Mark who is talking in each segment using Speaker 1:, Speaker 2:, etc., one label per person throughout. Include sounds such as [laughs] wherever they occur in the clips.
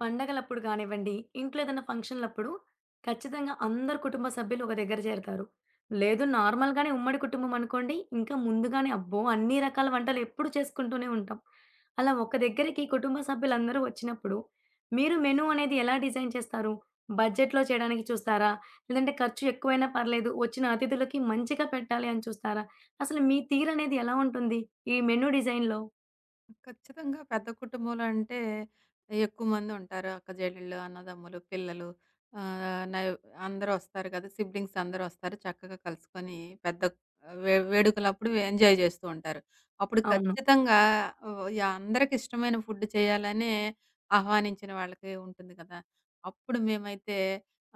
Speaker 1: పండగలప్పుడు కానివ్వండి, ఇంట్లో ఏదైనా ఫంక్షన్‌లప్పుడు ఖచ్చితంగా అందరు కుటుంబ సభ్యులు ఒక దగ్గర చేరతారు. లేదు నార్మల్‌గానే ఉమ్మడి కుటుంబం అనుకోండి, ఇంకా ముందుగానే అబ్బో! అన్ని రకాల వంటలు ఎప్పుడు చేసుకుంటూనే ఉంటాం. అలా ఒక దగ్గరికి కుటుంబ సభ్యులందరూ వచ్చినప్పుడు, మీరు మెను అనేది ఎలా డిజైన్ చేస్తారు? బడ్జెట్‌లో చేయడానికి చూస్తారా? లేదంటే ఖర్చు ఎక్కువైనా పర్లేదు, వచ్చిన అతిథులకి మంచిగా పెట్టాలి అని చూస్తారా? అసలు మీ తీరనేది ఎలా ఉంటుంది? ఈ మెను డిజైన్‌లో?
Speaker 2: ఖచ్చితంగా పెద్ద కుటుంబంలో అంటే ఎక్కువ మంది ఉంటారు. అక్క చెల్లెళ్ళు, అన్నదమ్ములు, పిల్లలు ఆహ్, నై అందరూ వస్తారు కదా! సిబ్లింగ్స్ అందరూ వస్తారు. చక్కగా కలుసుకొని పెద్ద వే వేడుకలప్పుడు ఎంజాయ్ చేస్తూ ఉంటారు. అప్పుడు
Speaker 1: అవును.
Speaker 2: ఖచ్చితంగా ఆహ్, యాహ్! అందరికి ఇష్టమైన ఫుడ్ చేయాలనే ఆహ్వానించిన వాళ్ళకి ఉంటుంది కదా! అప్పుడు మేమైతే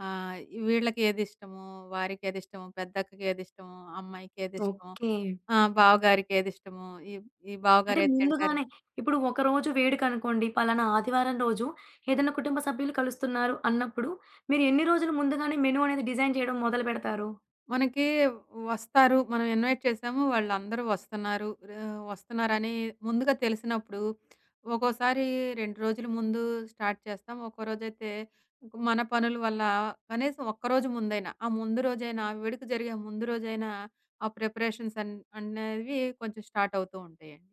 Speaker 2: ఆహ్, వీళ్ళకి ఏదిష్టమో, వారికి ఏదిష్టమో, పెద్దక్కకి ఏదిష్టమో, అమ్మాయికి ఏదిష్టమో,
Speaker 1: ఓకే.
Speaker 2: ఆ! బావగారికి ఏదిష్టమో, ఈ ఈ
Speaker 1: అంటే
Speaker 2: బావగారు ఏది తింటారు
Speaker 1: ముందుగానే ఇప్పుడు ఒకరోజు వేడుకనుకోండి. పలానా ఆదివారం రోజు ఏదైనా కుటుంబ సభ్యులు కలుస్తున్నారు అన్నప్పుడు, మీరు ఎన్ని రోజులు ముందుగానే మెను అనేది డిజైన్ చేయడం మొదలుపెడతారు?
Speaker 2: మనకి వస్తారు. మనం ఇన్వైట్ చేసాము. వాళ్ళందరూ వస్తున్నారు. వస్తున్నారని ముందుగా తెలిసినప్పుడు ఒక్కోసారి 2 రోజుల ముందు స్టార్ట్ చేస్తాం. ఒక్కో రోజైతే మన పనుల వల్ల కనీసం ఒక్కరోజు ముందైనా, ఆ ముందు రోజైనా వేడుక జరిగే ముందు రోజైనా ఆ ప్రిపరేషన్స్ అన్ అనేవి కొంచెం స్టార్ట్ అవుతూ ఉంటాయండి.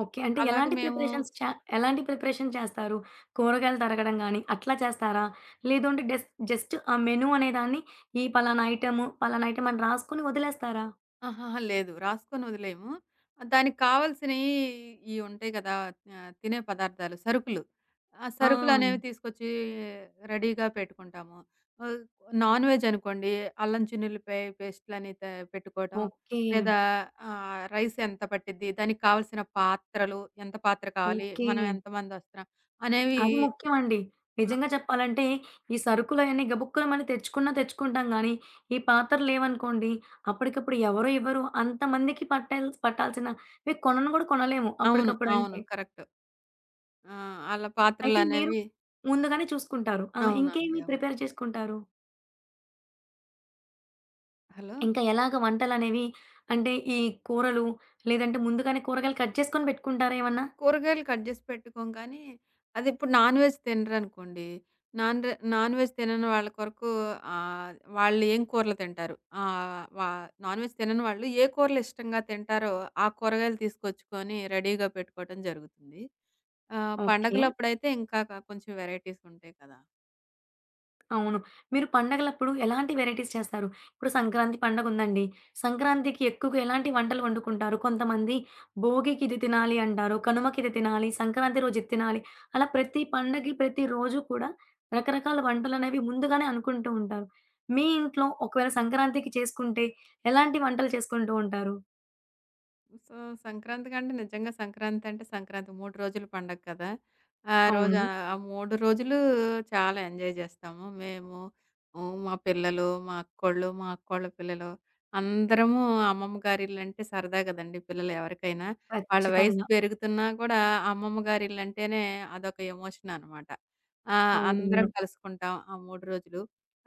Speaker 1: ఓకే. అంటే
Speaker 2: అలాగే మేము
Speaker 1: ఎలాంటి ప్రిపరేషన్ చేస్తారు? కూరగాయలు తరగడం గానీ, అట్లా చేస్తారా? లేదు అంటే డెస్ జస్ట్ ఆ మెను అనేదాన్ని ఈ పలానా ఐటెము, పలానా ఐటెమ్ అని రాసుకొని వదిలేస్తారా?
Speaker 2: ఆహాహా! లేదు. రాసుకొని వదిలేయము. దానికి కావాల్సినయి ఇయి ఉంటాయి కదా! తినే పదార్థాలు, సరుకులు. ఆ
Speaker 1: ఆ!
Speaker 2: సరుకులనేవి తీసుకొచ్చి రెడీగా పెట్టుకుంటాము. ఆహ్, నాన్ వెజ్ అనుకోండి అల్లం చిన్నుల్లిపాయ పేస్టులని త పెట్టుకోవటం.
Speaker 1: ఓకే.
Speaker 2: లేదా రైస్ ఎంత పట్టిద్ది, దానికి కావాల్సిన పాత్రలు, ఎంత పాత్ర కావాలి,
Speaker 1: ఓకే.
Speaker 2: మనం ఎంతమంది వస్తున్నాం అనేవి
Speaker 1: అది ముఖ్యమండి.
Speaker 2: ఆహ్,
Speaker 1: నిజంగా చెప్పాలంటే, ఈ సరుకులయన్నీ గబుక్కున మనం తెచ్చుకున్నా తెచ్చుకుంటాం గానీ, ఈ పాత్రలు లేవనుకోండి, అప్పటికప్పుడు ఎవరు ఇవ్వరు. అంతమందికి పట్టాల్సినవి కొనను గూడా కొనలేము
Speaker 2: అవును, అవును,
Speaker 1: అప్పటికప్పుడంటే.
Speaker 2: కరెక్ట్. ఆ! అలా
Speaker 1: అయితే మీరు
Speaker 2: పాత్రలనేవి
Speaker 1: ముందుగానే చూసుకుంటారు. ఆ!
Speaker 2: అవునండి,
Speaker 1: ఇంకేమి
Speaker 2: అవును.
Speaker 1: ప్రిపేర్ చేసుకుంటారు?
Speaker 2: హలో!
Speaker 1: ఇంకా ఎలాగ వంటలనేవి అంటే, ఈ కూరలు లేదంటే ముందుగానే కూరగాయలు కట్ చేసుకొని పెట్టుకుంటారా ఏమన్నా?
Speaker 2: కూరగాయలు కట్ జేసి పెట్టుకోం కానీ, అదిప్పుడు నాన్ వెజ్ తినరనుకోండి. నాన్ వెజ్ తినని వాళ్ళ కొరకు వాళ్ళు ఏం కూరలు తింటారు? ఆహ్, వా నాన్ వెజ్ తినని వాళ్ళు ఏ కూరలు ఇష్టంగా తింటారో, ఆ కూరగాయలు తీసుకొచ్చుకొని రెడీగా పెట్టుకోవటం జరుగుతుంది.
Speaker 1: ఓకే.
Speaker 2: పండగలప్పుడైతే ఇంకా కొంచెం వెరైటీసుంటాయి కదా!
Speaker 1: అవును. మీరు పండగలప్పుడు ఎలాంటి వెరైటీస్ చేస్తారు? ఇప్పుడు సంక్రాంతి పండగుందండి. సంక్రాంతికి ఎక్కువగా ఎలాంటి వంటలు వండుకుంటారు? కొంతమంది భోగికి ఇది తినాలి అంటారు. కనుమకి ఇది తినాలి. సంక్రాంతి రోజు ఇది తినాలి. అలా ప్రతి పండగకి, ప్రతి రోజు కూడా రకరకాల వంటలనేవి ముందుగానే అనుకుంటూ ఉంటారు. మీ ఇంట్లో ఒకవేళ సంక్రాంతికి చేసుకుంటే ఎలాంటి వంటలు చేసుకుంటూ ఉంటారు?
Speaker 2: సో, సంక్రాంతికంటే నిజంగా సంక్రాంతంటే సంక్రాంతి 3 రోజులు పండగ కదా! ఆహ్, రోజు
Speaker 1: అవును.
Speaker 2: ఆ 3 రోజులు చాలా ఎంజాయ్ జేస్తాము. మేము, హ్మ్, మా పిల్లలు, మా అక్కోళ్ళు, మా అక్కోళ్ళ పిల్లలు అందరము అమ్మమ్మ గారిల్లంటే సరదా గదండీ పిల్లలు ఎవరికైనా. వాళ్ళ వయసు
Speaker 1: ఖచ్చితంగా.
Speaker 2: పెరుగుతున్నా కూడా అమ్మమ్మ గారిల్లంటేనే అదొక ఎమోషన్ అనమాట. ఆ! అందరం
Speaker 1: అవునవును.
Speaker 2: కలుసుకుంటాం ఆ 3 రోజులు.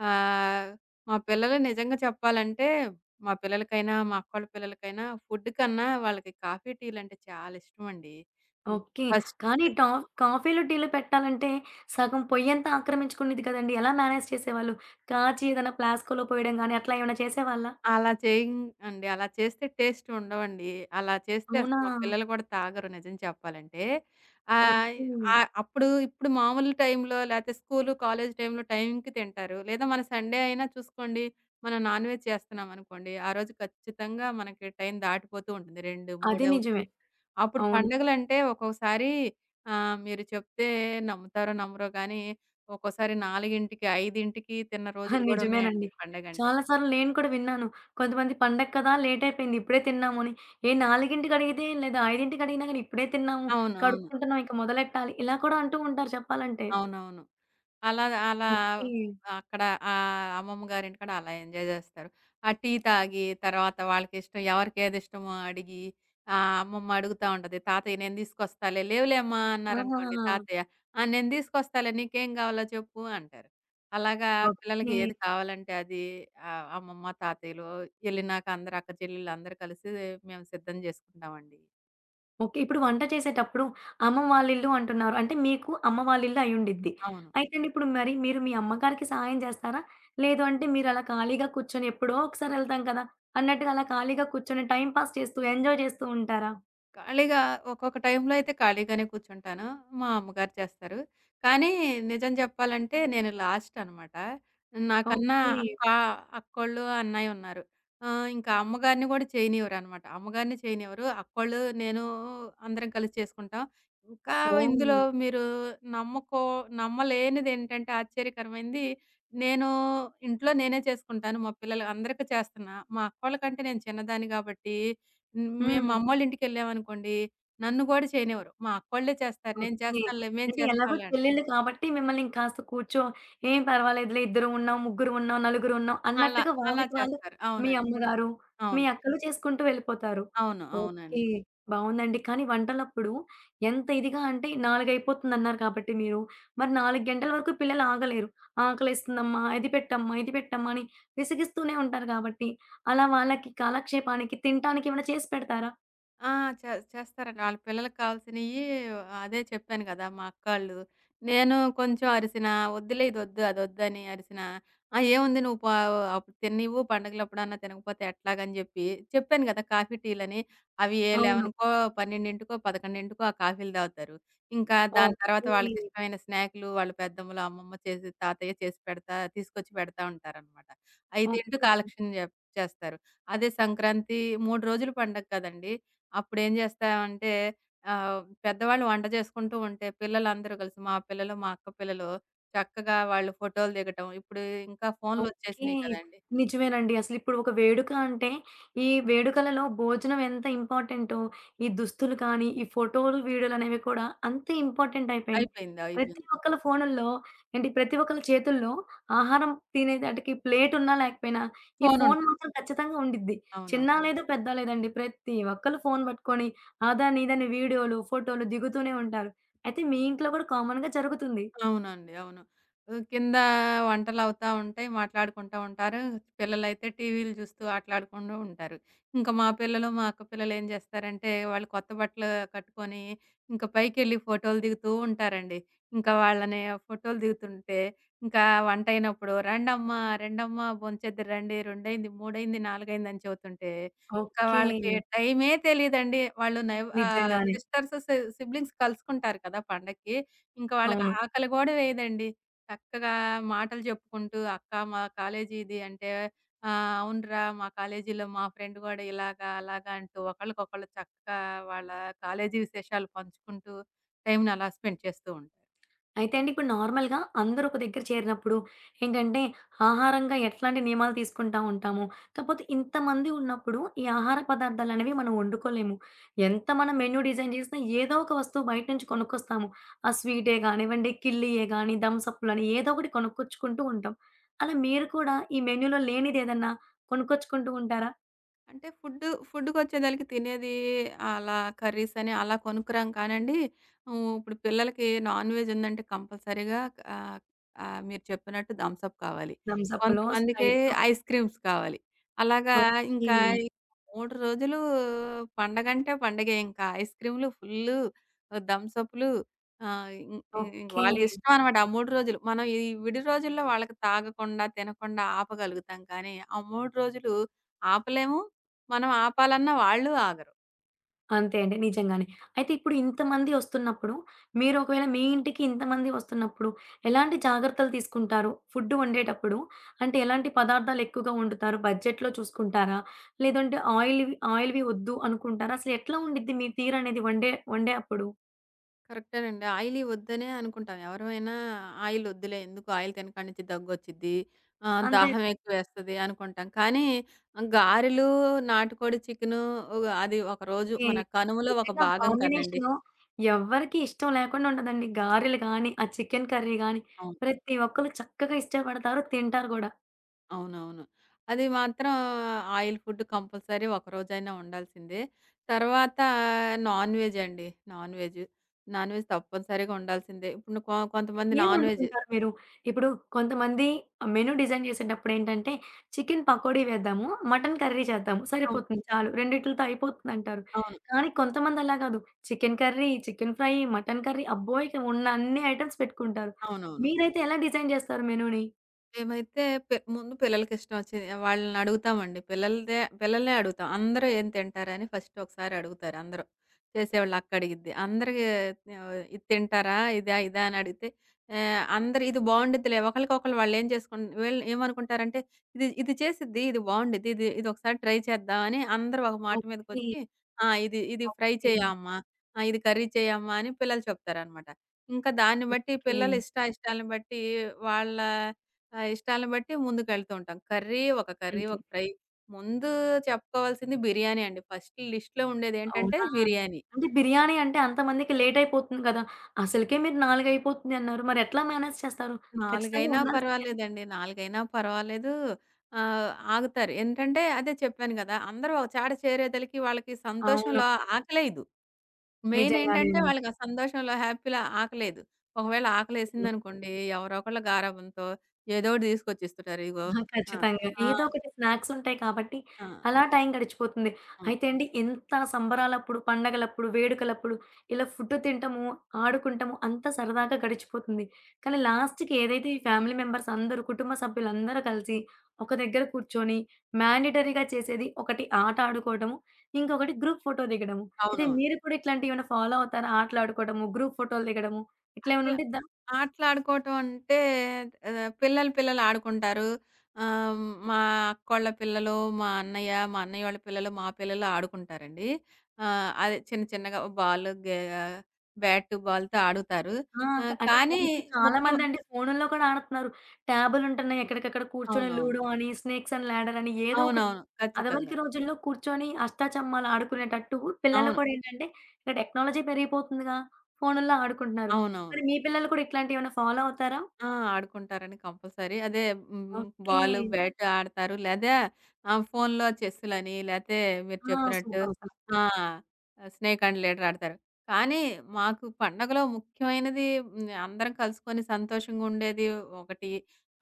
Speaker 2: ఆహ్, మా పిల్లలు నిజంగా చెప్పాలంటే మా పిల్లలకైనా, మా అక్కోళ్ళ పిల్లలకైనా ఫుడ్ కన్నా వాళ్ళకి కాఫీ, టీలంటే చాలా ఇష్టమండి. హ్మ్.
Speaker 1: ఓకే.
Speaker 2: ఫస్ట్
Speaker 1: కానీ టా కాఫీలు, టీలు పెట్టాలంటే సగం పొయ్యంతా ఆక్రమించుకునేది కదండీ! ఎలా మేనేజ్ చేసేవాళ్ళు? కాచి ఏదైనా ఫ్లాస్క్‌లో పోయడం గాని అట్లా ఏమైనా చేసేవాళ్ళా?
Speaker 2: అలా చేయండి. అలా చేస్తే టేస్ట్ ఉండవండి. అలా చేస్తే
Speaker 1: అవునా?
Speaker 2: అసలు మా పిల్లలు కూడా తాగరు నిజం చెప్పాలంటే. ఆహ్,
Speaker 1: ఓకే.
Speaker 2: అప్పుడు ఇప్పుడు మామూలు టైంలో లేతే స్కూలు, కాలేజీ టైంలో టైంకి తింటారు. లేదా మన సండే అయినా చూసుకోండి. మనం నాన్ వెజ్ చేస్తున్నాం అనుకోండి. ఆ రోజు ఖచ్చితంగా మనకి టైం దాటిపోతూ ఉంటుంది. 2,
Speaker 1: అది
Speaker 2: 3
Speaker 1: నిజమే.
Speaker 2: అవుతుంది. అప్పుడు
Speaker 1: అవును.
Speaker 2: పండగలంటే ఒక్కొక్కసారి మీరు చెప్తే నమ్ముతారో నమ్మరో గానీ, ఒక్కోసారి 4కి, 5కి తిన్న
Speaker 1: [laughs] ఆ!
Speaker 2: రోజులు గూడా
Speaker 1: నిజమేనండి.
Speaker 2: ఉన్నాయండి పండగంటే.
Speaker 1: చాలా సార్లు నేను కూడా విన్నాను. కొంతమంది పండగ కదా! లేట్ అయిపోయింది ఇప్పుడే తిన్నాము అని. ఏ 4కి అడిగితే లేదా 5కి అడిగినా గాని ఇప్పుడే తిన్నాము.
Speaker 2: అవునవును,
Speaker 1: కడుక్కుంటున్నాం ఇంక మొదలెట్టాలి. ఇలా కూడా అంటూ ఉంటారు చెప్పాలంటే.
Speaker 2: అవునవును. అలా అలా
Speaker 1: ఓకే.
Speaker 2: అక్కడ అమ్మమ్మ గారింటికాడ అలా ఎంజాయ్ జేస్తారు. ఆ టీ తాగి తర్వాత వాళ్ళకిష్టం ఎవరికేది ఇష్టమో అడిగి అమ్మమ్మ అడుగుతా ఉంటది. "తాతయ్య నేను తీసుకొస్తాలే." "లేవులేమ్మా" అన్నారనుకోండి
Speaker 1: ఆహా!
Speaker 2: తాతయ్య, "ఆ! నేను తీసుకొస్తాలే నీకేం కావాలో చెప్పు" అంటారు. అలాగా పిల్లలకి
Speaker 1: ఓకే.
Speaker 2: ఏది కావాలంటే అది అమ్మమ్మ, తాతయ్యలు ఎళ్ళినాక అందరూ అక్క చెల్లెళ్ళందరూ కలిసి మేము సిద్ధం జేసుకుంటామండి.
Speaker 1: ఓకే. ఇప్పుడు వంట చేసేటప్పుడు అమ్మ వాళ్ళిల్లు అంటున్నారు. అంటే మీకు అమ్మ వాళ్ళిల్లు అయ్యుండిద్ది.
Speaker 2: అవును.
Speaker 1: అయితేండి ఇప్పుడు మరి మీరు మీ అమ్మగారికి సహాయం చేస్తారా? లేదు అంటే మీరలా ఖాళీగా కూర్చొని ఎప్పుడో ఒకసారి ఎళ్తాం కదా! అన్నట్టుగా అలా ఖాళీగా కూర్చొని టైమ్ పాస్ చేస్తూ, ఎంజాయ్ చేస్తూ ఉంటారా?
Speaker 2: ఖాళీగా ఒక్కొక్క టైంలో అయితే ఖాళీగానే కూర్చుంటాను. మా అమ్మగారు చేస్తారు. కానీ నిజం చెప్పాలంటే నేను లాస్ట్ అనమాట. నాకన్నా
Speaker 1: ఓకే.
Speaker 2: అక్క, అక్కోళ్ళు, అన్నయ్య ఉన్నారు. ఇంకా అమ్మగారిని కూడా చేయనివ్వరనమాట. అమ్మగారిని చేయనివ్వరు. అక్కోళ్ళు, నేను అందరం కలిసి చేసుకుంటాం. ఇంకా
Speaker 1: ఓహ్!
Speaker 2: ఇందులో మీరు నమ్మకో నమ్మలేనిదేంటంటే ఆశ్చర్యకరమైంది నేను ఇంట్లో నేనే చేసుకుంటాను. మా పిల్లలు అందరికి చేస్తున్నా. మా అక్కోళ్ళ కంటే నేను చిన్నదాన్ని కాబట్టి హ్మ్. మేము
Speaker 1: హ్మ్.
Speaker 2: మా అమ్మోళ్ళ ఇంటికెళ్ళామనుకోండి, నన్ను గూడా చేయనివ్వరు. మా అక్కోళ్ళే చేస్తారు. నేను
Speaker 1: ఓకే.
Speaker 2: చేస్తానులే, మేము
Speaker 1: అంటే ఎలాగో
Speaker 2: చేస్తాంలే అంటారు.
Speaker 1: చెల్లెళ్ళు కాబట్టి మిమ్మల్ని ఇంకాస్త కూర్చో "ఏం పర్వాలేదులే ఇద్దరం ఉన్నాం, ముగ్గురం ఉన్నాం, నలుగురు ఉన్నాం"
Speaker 2: అలా,
Speaker 1: అన్నట్టుగా
Speaker 2: అలా
Speaker 1: వాళ్ళకి వాళ్ళు
Speaker 2: చేస్తారు.
Speaker 1: మీ
Speaker 2: అవునండి,
Speaker 1: అమ్మగారు, మీ
Speaker 2: అవును.
Speaker 1: అక్కలు చేసుకుంటూ వెళ్ళిపోతారు.
Speaker 2: అవును,
Speaker 1: ఓకే.
Speaker 2: అవునండి.
Speaker 1: బావుందండి. కానీ వంటలప్పుడు ఎంత ఇదిగా అంటే 4 అయిపోతుందన్నారు కాబట్టి మీరు, మరి 4 గంటల వరకు పిల్లలు ఆగలేరు. "ఆకలేస్తుందమ్మా, ఇది పెట్టమ్మా, ఇది పెట్టమ్మా" అని విసిగిస్తూనే ఉంటారు కాబట్టి, అలా వాళ్ళకి కాలక్షేపానికి తినటానికి ఏమైనా చేసి పెడతారా?
Speaker 2: ఆ! చేస్తారండి. వాళ్ళ పిల్లలకి కావాల్సినియి అదే చెప్పాను కదా! మా అక్కాళ్ళు. నేను కొంచెం అరిసినా, "వద్దులే ఇదొద్దు, అదొద్దని" అరిసినా, "ఆ! ఏముంది నువ్వు పా "అప్పుడు తిననివ్వు, పండగలప్పుడన్నా తినకపోతే ఎట్లాగని" చెప్పి చెప్పాను కదా! కాఫీ, టీలని. అవి ఏ
Speaker 1: అవును.
Speaker 2: 11కో, 12కో, 11కో ఆ కాఫీలు తాగుతారు. ఇంకా దాని తర్వాత
Speaker 1: ఓకే.
Speaker 2: వాళ్ళకిష్టమైన స్నాక్‌లు వాళ్ళ పెద్దమ్మలు, అమ్మమ్మ చేసి, తాతయ్య చేసి పెడతా తీసుకొచ్చి పెడతా ఉంటారనమాట. అయి తింటూ
Speaker 1: ఓకే.
Speaker 2: కాలక్షేపం జే చేస్తారు. అదే సంక్రాంతి 3 రోజులు పండగ కదండీ! అప్పుడేం చేస్తామంటే పెద్దవాళ్ళు వంట చేసుకుంటూ ఉంటే పిల్లలందరూ కలిసి మా పిల్లలు, మా అక్క పిల్లలు చక్కగా వాళ్ళు ఫోటోలు దిగటం. ఇప్పుడు ఇంకా
Speaker 1: ఓకే.
Speaker 2: ఫోన్‌లొచ్చేసినియి కదండీ!
Speaker 1: నిజమేనండి. అసలిప్పుడు ఒక వేడుక అంటే, ఈ వేడుకలలో భోజనం ఎంత ఇంపార్టెంటో, ఈ దుస్తులు కానీ, ఈ ఫోటోలు, వీడియోలనేవి కూడా అంతే ఇంపార్టెంట్ అయిపోయినియి.
Speaker 2: అయిపోయింది,
Speaker 1: ప్రతి
Speaker 2: అయిపోయింది.
Speaker 1: ఒక్కళ్ళ ఫోనుల్లో ఏంటి, ప్రతి ఒక్కళ్ళ చేతుల్లో ఆహారం తినేదాటికి ప్లేటున్నా లేకపోయినా, ఈ ఫోను
Speaker 2: ఫోనుంటుంది.
Speaker 1: మాత్రం ఖచ్చితంగా ఉండిద్ది.
Speaker 2: అవునవును.
Speaker 1: చిన్నా లేదు, పెద్దా లేదండి. ప్రతి ఒక్కళ్ళు ఫోను పట్టుకొని, అదని, ఇదని వీడియోలు, ఫోటోలు దిగుతూనే ఉంటారు. అయితే మీ ఇంట్లో కూడా కామన్‌గా జరుగుతుంది.
Speaker 2: అవునండి, అవును. కింద వంటలవుతా ఉంటాయి. మాట్లాడుకుంటా ఉంటారు. పిల్లలైతే టీవీలు చూస్తూ ఆట్లాడుకుంటూ ఉంటారు. ఇంకా మా పిల్లలు, మా అక్క పిల్లలు ఏం చేస్తారంటే, వాళ్ళు కొత్త బట్టలు కట్టుకొని ఇంకా పైకెళ్ళి ఫోటోలు దిగుతూ ఉంటారండి. ఇంకా వాళ్ళని ఫోటోలు దిగుతుంటే, ఇంకా వంటయినప్పుడు "రండమ్మా, రండమ్మా భోంచేద్దురు రండి. రెండయింది, మూడయింది, నాలుగయింది" అని చెబుతుంటే, ఇంకా
Speaker 1: ఓకే.
Speaker 2: వాళ్ళకి టైమే తెలీదండి. వాళ్ళు నైవ్ ఆహ్,
Speaker 1: నిజంగానే.
Speaker 2: సిస్టర్స్, సి సిబ్లింగ్స్ కలుసుకుంటారు కదా పండక్కి. ఇంక వాళ్ళకి
Speaker 1: అవును.
Speaker 2: ఆకలి గూడా వేయదండి. చక్కగా మాటలు చెప్పుకుంటూ, "అక్క మా కాలేజీ ఇది" అంటే, "ఆ! అవునురా మా కాలేజీలో మా ఫ్రెండ్ గూడా ఇలాగా, అలాగా" అంటూ ఒకళ్ళకొకళ్ళు చక్కగా వాళ్ళ కాలేజీ విశేషాలు పంచుకుంటూ టైంని అలా స్పెండ్ చేస్తూ ఉంటారు.
Speaker 1: అయితే అండి ఇప్పుడు నార్మల్‌గా అందరూ ఒక దగ్గర చేరినప్పుడు ఏంటంటే, ఆహారంగా ఎట్లాంటి నియమాలు తీసుకుంటా ఉంటాము. కాకపోతే ఇంతమంది ఉన్నప్పుడు ఈ ఆహార పదార్థాలనేవి మనం వండుకోలేము. ఎంత మనం మెన్యూ డిజైన్ చేసినా ఏదో ఒక వస్తువు బయట నుంచి కొనుక్కొస్తాము. ఆ స్వీటే కానివ్వండి, కిల్లీయే గాని, థమ్స్ అప్‌లని ఏదో ఒకటి కొనుక్కొచ్చుకుంటూ ఉంటాం. అలా మీరు కూడా ఈ మెన్యూలో లేనిదేదన్నా కొనుక్కొచ్చుకుంటూ ఉంటారా?
Speaker 2: అంటే ఫుడ్‌కొచ్చేదలికి తినేది అలా కర్రీస్ అని అలా కొనుక్కురాం కానండి. హ్మ్. ఇప్పుడు పిల్లలకి నాన్ వెజ్ ఉందంటే కంపల్సరీగా ఆహ్, ఆహ్, మీరు చెప్పినట్టు థమ్స్ అప్ కావాలి.
Speaker 1: థమ్స్ అప్‌లో,
Speaker 2: కొంతమందికి
Speaker 1: స్ప్రైట్‌లో
Speaker 2: ఐస్ క్రీమ్స్ కావాలి. అలాగా
Speaker 1: ఓకే.
Speaker 2: ఇంకా ఈ 3 రోజులు పండగంటే పండగే ఇంకా ఐస్ క్రీమ్‌లు ఫుల్లు, థమ్స్ అప్‌లు ఆహ్, ఇం ఇం
Speaker 1: ఓకే.
Speaker 2: వాళ్ళకిష్టం అనమాట ఆ 3 రోజులు. మనం ఈ విడి రోజుల్లో వాళ్ళకి తాగకుండా, తినకుండా ఆపగలుగుతాం కానీ, ఆ 3 రోజులు ఆపలేము. మనం ఆపాలన్నా వాళ్ళు ఆగరు.
Speaker 1: అంతే అండి. నిజంగానే. అయితే ఇప్పుడు ఇంతమంది ఒస్తున్నప్పుడు, మీరు ఒకవేళ మీ ఇంటికి ఇంతమంది ఒస్తున్నప్పుడు, ఎలాంటి జాగ్రత్తలు తీసుకుంటారు? ఫుడ్ వండేటప్పుడు అంటే ఎలాంటి పదార్థాలు ఎక్కువగా వండుతారు? బడ్జెట్‌లో చూసుకుంటారా? లేదంటే ఆయిల్‌వి ఆయిల్‌వి ఒద్దు అనుకుంటారా? అసలు ఎట్లా ఉండిద్ది మీ తీరనేది వండే వండే అప్పుడు?
Speaker 2: కరెక్టేనండి. ఆయిలీ వద్దనే అనుకుంటాం. ఎవరమైనా ఆయిల్ వద్దులే ఎందుకు ఆయిల్ తినకాడి నుంచి దగ్గొచ్చిద్ది.
Speaker 1: అంతే
Speaker 2: దాహం ఎక్కువేస్తది అనుకుంటాం. కానీ గారెలు, నాటుకోడి చికెను అది ఒకరోజు
Speaker 1: ఓకే.
Speaker 2: మన కనుమలో ఒక
Speaker 1: నిజంగా ఆ
Speaker 2: భాగం కదండీ.
Speaker 1: కాంబినేషను ఎవ్వరికీ ఇష్టం లేకుండా ఉండదండి. గారెలు గానీ, ఆ చికెన్ కర్రీ గానీ,
Speaker 2: అవును.
Speaker 1: ప్రతి ఒక్కళ్ళు చక్కగా ఇష్టపడతారు, తింటారు గూడా.
Speaker 2: అవునవును. అది మాత్రం ఆయిల్ ఫుడ్ కంపల్సరీ ఒకరోజైనా ఉండాల్సిందే. తర్వాత నాన్ వెజ్ అండి. Non veg. నాన్ వెజ్ తప్పనిసరిగా ఉండాల్సిందే. ఇప్పుడు కొంతమంది
Speaker 1: ఏం
Speaker 2: నాన్ వెజ్
Speaker 1: వండుకుంటారు మీరు? ఇప్పుడు కొంతమంది మెనూ డిజైన్ చేసేటప్పుడేంటంటే, చికెన్ పకోడీ వేద్దాము, మటన్ కర్రీ చేద్దాము
Speaker 2: అవును,
Speaker 1: సరిపోతుంది చాలు. రెండిట్లితో అయిపోతుందంటారు.
Speaker 2: అవును.
Speaker 1: కానీ కొంతమంది అలా కాదు. Chicken curry, chicken fry, mutton curry అబ్బో! ఇక ఉన్న అన్ని ఐటెమ్స్ పెట్టుకుంటారు.
Speaker 2: అవునవును.
Speaker 1: మీరైతే ఎలా డిజైన్ చేస్తారు మెనూని?
Speaker 2: మేమైతే ముందు పిల్లలకిష్టం వచ్చింది. వాళ్ళని అడుగుతామండి. పిల్లలనే అడుగుతాం. అందరూ ఏం తింటారని ఫస్ట్ ఒకసారి అడుగుతారు అందరూ. చేసేవాళ్ళు అక్క అడిగిద్ది. అందరికి ఇది తింటారా? ఇదా? ఇదా? అని అడిగితే అందరు ఇది బావుండిద్దిలే. ఒకళ్ళకొకళ్ళు వాళ్ళేం చేసుకుం వీళ్ళు ఏమనుకుంటారంటే ఇది ఇది చేసిద్ది. ఇది బావుండిద్ది. ఇది ఇది ఒకసారి ట్రై చేద్దాం అని అందరూ ఒక మాట
Speaker 1: ఓకే.
Speaker 2: మీదకొచ్చి ఆ! ఇది ఇది ఫ్రై
Speaker 1: ఓకే.
Speaker 2: చేయమ్మా! ఆ! ఇది కర్రీ చేయమ్మా! అని పిల్లలు చెప్తారనమాట. ఇంకా దాన్ని బట్టి
Speaker 1: ఓకే.
Speaker 2: పిల్లల ఇష్టాయిష్టాలను బట్టి వాళ్ళ ఆ! ఇష్టాలను బట్టి ముందుకెళ్తూ ఉంటాం. కర్రీ, ఒక కర్రీ,
Speaker 1: అంతే.
Speaker 2: ఒక ఫ్రై. ముందు చెప్పుకోవాల్సింది బిర్యానీ అండి. ఫస్ట్ లిస్ట్‌లో ఉండేదేంటంటే
Speaker 1: అవునా!
Speaker 2: బిర్యానీ.
Speaker 1: అంటే బిర్యానీ అంటే అంతమందికి లేట్ అయిపోతుంది కదా! అసలకే మీరు 4 అయిపోతుంది అన్నారు. మరెట్లా మేనేజ్ చేస్తారు?
Speaker 2: 4
Speaker 1: ఖచ్చితంగా
Speaker 2: అయినా
Speaker 1: ఉండాల్సిందేనా?
Speaker 2: పర్వాలేదండి. 4 అయినా పర్వాలేదు. ఆగుతారు. ఏంటంటే అదే చెప్పాను గదా! అందరూ ఒక చాట చేరేదలికి వాళ్ళకి
Speaker 1: అవును.
Speaker 2: సంతోషంలో ఆకలేయదు. మెయిన్
Speaker 1: నిజంగానే
Speaker 2: ఏంటంటే
Speaker 1: అండి.
Speaker 2: వాళ్ళకి ఆ సంతోషంలో, హ్యాపీలో ఆకలేయదు. ఒకవేళ
Speaker 1: హ్మ్.
Speaker 2: ఆకలేసిందనుకోండి ఎవరో ఒకళ్ళు గారాబంతో ఏదోకటి తీసుకొచ్చిస్తుంటారు. ఇగో
Speaker 1: ఆ!
Speaker 2: ఆ!
Speaker 1: ఖచ్చితంగా.
Speaker 2: ఆ!
Speaker 1: ఏదో ఒకటి స్నాక్స్ ఉంటాయి కాబట్టి,
Speaker 2: ఆ!
Speaker 1: అలా టైం గడిచిపోతుంది.
Speaker 2: అవును.
Speaker 1: అయితే అండి ఎంత సంబరాలప్పుడు, పండగలప్పుడు, వేడుకలప్పుడు ఇలా ఫుడ్ తింటము, ఆడుకుంటాము అంతా సరదాగా గడిచిపోతుంది. కానీ లాస్ట్‌కి ఏదైతే ఈ ఫ్యామిలీ మెంబర్స్ అందరూ, కుటుంబ సభ్యులందరూ కలిసి ఒక దగ్గర కూర్చొని మ్యాండేటరీగా చేసేది ఒకటి ఆట ఆడుకోవడము, ఇంకొకటి గ్రూప్ ఫోటో దిగడము. అయితే
Speaker 2: అవునవును.
Speaker 1: మీరు కూడా ఇట్లాంటివి ఏమైనా ఫాలో అవుతారా? ఆటలాడుకోవడము, గ్రూప్ ఫోటోలు దిగడము ఇట్లా ఏమైనా
Speaker 2: అట్లా
Speaker 1: ఉంటే
Speaker 2: ఆటలాడుకోవటం అంటే పిల్లలు పిల్లలు ఆడుకుంటారు. ఆహ్, మా అక్కోళ్ళ పిల్లలు, మా అన్నయ్యోళ్ళ పిల్లలు, మా పిల్లలు ఆడుకుంటారండి. అదే చిన్న చిన్నగా బాల్, గే బ్యాట్, బాల్‌తో ఆడుతారు.
Speaker 1: ఆ! క అంటే ఫో
Speaker 2: కానీ
Speaker 1: ఇప్పుడు చాలా
Speaker 2: ముఖ్యం
Speaker 1: మందండి ఫోనుల్లో కూడా ఆడుతున్నారు. ట్యాబులుంటున్నాయి. ఎక్కడికక్కడ కూర్చొని లూడో
Speaker 2: అవునవును.
Speaker 1: అని, స్నేక్స్ అండ్ ల్యాడర్ అని ఏదో ఒకటి.
Speaker 2: అవునవును. ఖచ్చితంగా.
Speaker 1: అదివరకి రోజుల్లో కూర్చొని అష్టాచమ్మాలు ఆడుకునేటట్టు పిల్లలు
Speaker 2: అవును.
Speaker 1: కూడా ఏంటంటే ఇక్కడ టెక్నాలజీ పెరిగిపోతుందిగా ఫోనుల్లో ఆడుకుంటున్నారు. మరి
Speaker 2: అవునవును.
Speaker 1: మీ పిల్లలు కూడా ఇట్లాంటియేమైనా ఫాలో అవుతారా?
Speaker 2: ఆ! ఆడుకుంటారండి కంపల్సరీ. అదే హ్మ్.
Speaker 1: ఓకే.
Speaker 2: బాలు, బ్యాట్ ఆడతారు. లేదా ఫోన్‌లో చెస్సులని లేతే మీరు
Speaker 1: ఆ!
Speaker 2: చెప్పినట్టు
Speaker 1: సూపరసల.
Speaker 2: ఆ! స్నేక్ అండ్ లీడర్ ఆడతారు. కానీ మాకు పండగలో ముఖ్యమైనది హ్మ్. అందరం కలుసుకొని సంతోషంగా ఉండేది ఒకటి.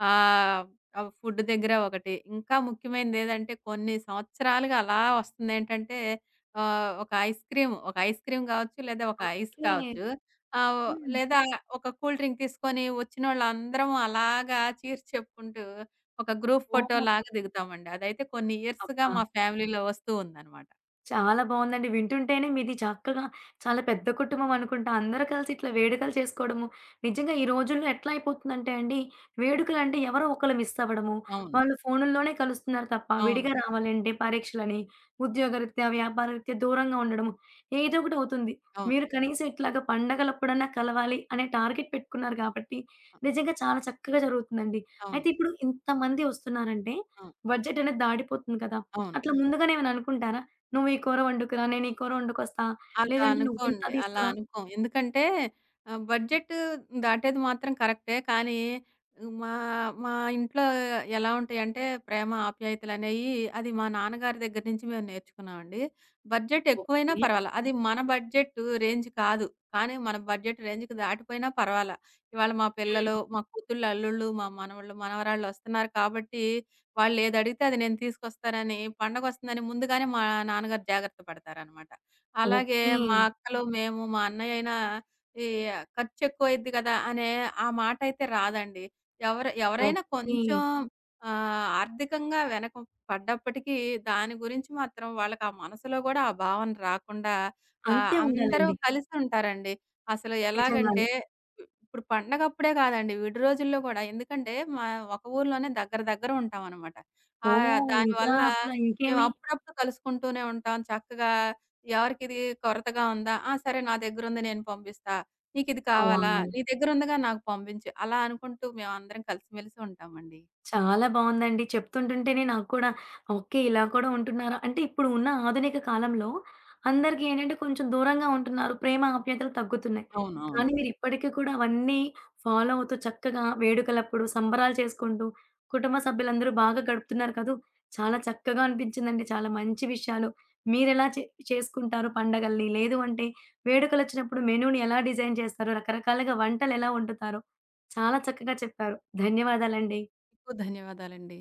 Speaker 2: ఆహ్, ఆహ్, ఫుడ్ దగ్గర ఒకటి. ఇంకా ముఖ్యమైనది ఏదంటే కొన్ని సంవత్సరాలుగా అలా వస్తుందేంటంటే ఒక ఐస్ క్రీమ్ గావచ్చు లేదా ఒక ఐస్
Speaker 1: ఓకే.
Speaker 2: కావచ్చు. ఆ! ఓ
Speaker 1: హ్మ్.
Speaker 2: లేదా ఒక కూల్ డ్రింక్ తీసుకొని వచ్చినోళ్ళందరం అలాగా చీర్స్ చెప్పుకుంటూ ఒక గ్రూప్
Speaker 1: ఓహ్!
Speaker 2: ఫోటోలాగా దిగుతామండి. అదైతే కొన్ని ఇయర్స్‌గా
Speaker 1: అబ్బా!
Speaker 2: మా ఫ్యామిలీలో వస్తూ ఉందనమాట.
Speaker 1: చాలా బావుందండి. వింటుంటేనే మీది చక్కగా చాలా పెద్ద కుటుంబం అనుకుంటా. అందరూ కలిసి ఇట్లా వేడుకలు చేసుకోవడము. నిజంగా ఈ రోజుల్లో ఎట్లా అయిపోతుందంటే అండి, వేడుకలంటే ఎవరో ఒకళ్ళు మిస్ అవ్వడము.
Speaker 2: అవును,
Speaker 1: వాళ్ళు ఫోనుల్లోనే కలుస్తున్నారు తప్ప
Speaker 2: అవును,
Speaker 1: విడిగా రావాలంటే పరీక్షలని, ఉద్యోగరీత్యా, వ్యాపారరీత్యా దూరంగా ఉండడము. ఏదో ఒకటి అవుతుంది.
Speaker 2: అవును.
Speaker 1: మీరు కనీసం ఇట్లాగా పండగలప్పుడన్నా కలవాలి అనే టార్గెట్ పెట్టుకున్నారు కాబట్టి,
Speaker 2: అ
Speaker 1: నిజంగా చాలా చక్కగా జరుగుతుందండి. అయితే
Speaker 2: అవును.
Speaker 1: ఇప్పుడు ఇంతమంది వస్తున్నారంటే
Speaker 2: ఆ!
Speaker 1: బడ్జెట్ అనేది దాటిపోతుంది కదా!
Speaker 2: అవును.
Speaker 1: అట్లా ముందుగానే ఏమైనా అనుకుంటారా? నువ్వు ఈ కూర వండుకురా, నేను ఈ కూర వండుకొస్తా.
Speaker 2: అలా
Speaker 1: లేదంటే నువ్వింత
Speaker 2: అనుకోండి. అలా
Speaker 1: తీసుకురా.
Speaker 2: అనుకోం. ఎందుకంటే బడ్జెట్ దాటేది మాత్రం కరెక్టే. కానీ మా మా ఇంట్లో ఎలా ఉంటాయంటే ప్రేమ, ఆప్యాయతలనేయి అది మా నాన్నగారి దగ్గర నుంచి మేము నేర్చుకున్నామండి. బడ్జెట్ ఎక్కువైనా
Speaker 1: ఓకే.
Speaker 2: పర్వాలా. అది మన బడ్జెట్ రేంజ్ కాదు. కానీ మన బడ్జెట్ రేంజ్‌కి దాటిపోయినా పర్వాలా. ఇవాళ మా పిల్లలు,
Speaker 1: హ్మ్.
Speaker 2: మా కూతుళ్ళు, అల్లుళ్ళు, మా మనవళ్ళు, మనవరాళ్ళు వస్తున్నారు కాబట్టి వాళ్ళేదడిగితే అది నేను తీసుకొస్తానని పండగొస్తుందని ముందుగానే మా నాన్నగారు జాగ్రత్త పడతారనమాట. అలాగే
Speaker 1: ఓకే.
Speaker 2: మా అక్కలు, మేము, మా అన్నయ్య అయినా ఈ ఖర్చెక్కువైద్ది కదా! అనే ఆ మాటయితే రాదండి. ఎవరైనా
Speaker 1: ఓకే.
Speaker 2: కొంచెం ఆర్థికంగా వెనక పడ్డప్పటికీ దాని గురించి మాత్రం వాళ్ళకి ఆ మనసులో గూడా ఆ భావన రాకుండా
Speaker 1: అంతే
Speaker 2: అందరూ
Speaker 1: ఉండాలండి.
Speaker 2: కలిసుంటారండి. అసలు
Speaker 1: నిజంగానే.
Speaker 2: ఎలాగంటే ఇప్పుడు పండగప్పుడే కాదండి. విడి రోజుల్లో గూడా. ఎందుకంటే మా ఒక ఊర్లోనే దగ్గర దగ్గర ఉంటామనమాట.
Speaker 1: ఓహ్! ఇంకా
Speaker 2: దానివల్ల
Speaker 1: అసల
Speaker 2: మేము
Speaker 1: ఇంకేమి?
Speaker 2: అప్పుడప్పుడు కలుసుకుంటూనే ఉంటాం. చక్కగా ఎవరికిది కొరతగా ఉందా? ఆ! సరే నా దగ్గరుంది నేను పంపిస్తా. నీకిది
Speaker 1: ఆ!
Speaker 2: కావాలా?
Speaker 1: వావ్!
Speaker 2: నీ దగ్గరుందిగా నాకు పంపించు. అలా అనుకుంటూ మేమందరం కలిసిమెలిసి ఉంటామండి.
Speaker 1: చాలా బావుందండి. చెప్తుంటుంటేనే నాకు కూడా ఓకే. ఇలా కూడా ఉంటున్నారా? అంటే ఇప్పుడు ఉన్న ఆధునిక కాలంలో అందరికి ఏంటంటే కొంచెం దూరంగా ఉంటున్నారు. ప్రేమ, ఆప్యాయతలు తగ్గుతున్నాయి.
Speaker 2: అవునవును.
Speaker 1: కానీ మీరు ఇప్పటికి కూడా అవన్నీ ఫాలో అవుతూ చక్కగా వేడుకలప్పుడు సంబరాలు చేసుకుంటూ, కుటుంబ సభ్యులందరూ బాగా గడుపుతున్నారు కదూ! చాలా చక్కగా అనిపించిందండి. చాలా మంచి విషయాలు. మీరెలా చే చేసుకుంటారు పండగల్ని? లేదు అంటే వేడుకలొచ్చినప్పుడు మెనూని ఎలా డిజైన్ చేస్తారో, రకరకాలుగా వంటలెలా వండుతారో చాలా చక్కగా చెప్పారు. ధన్యవాదాలండి.
Speaker 2: మీకు ధన్యవాదాలండి.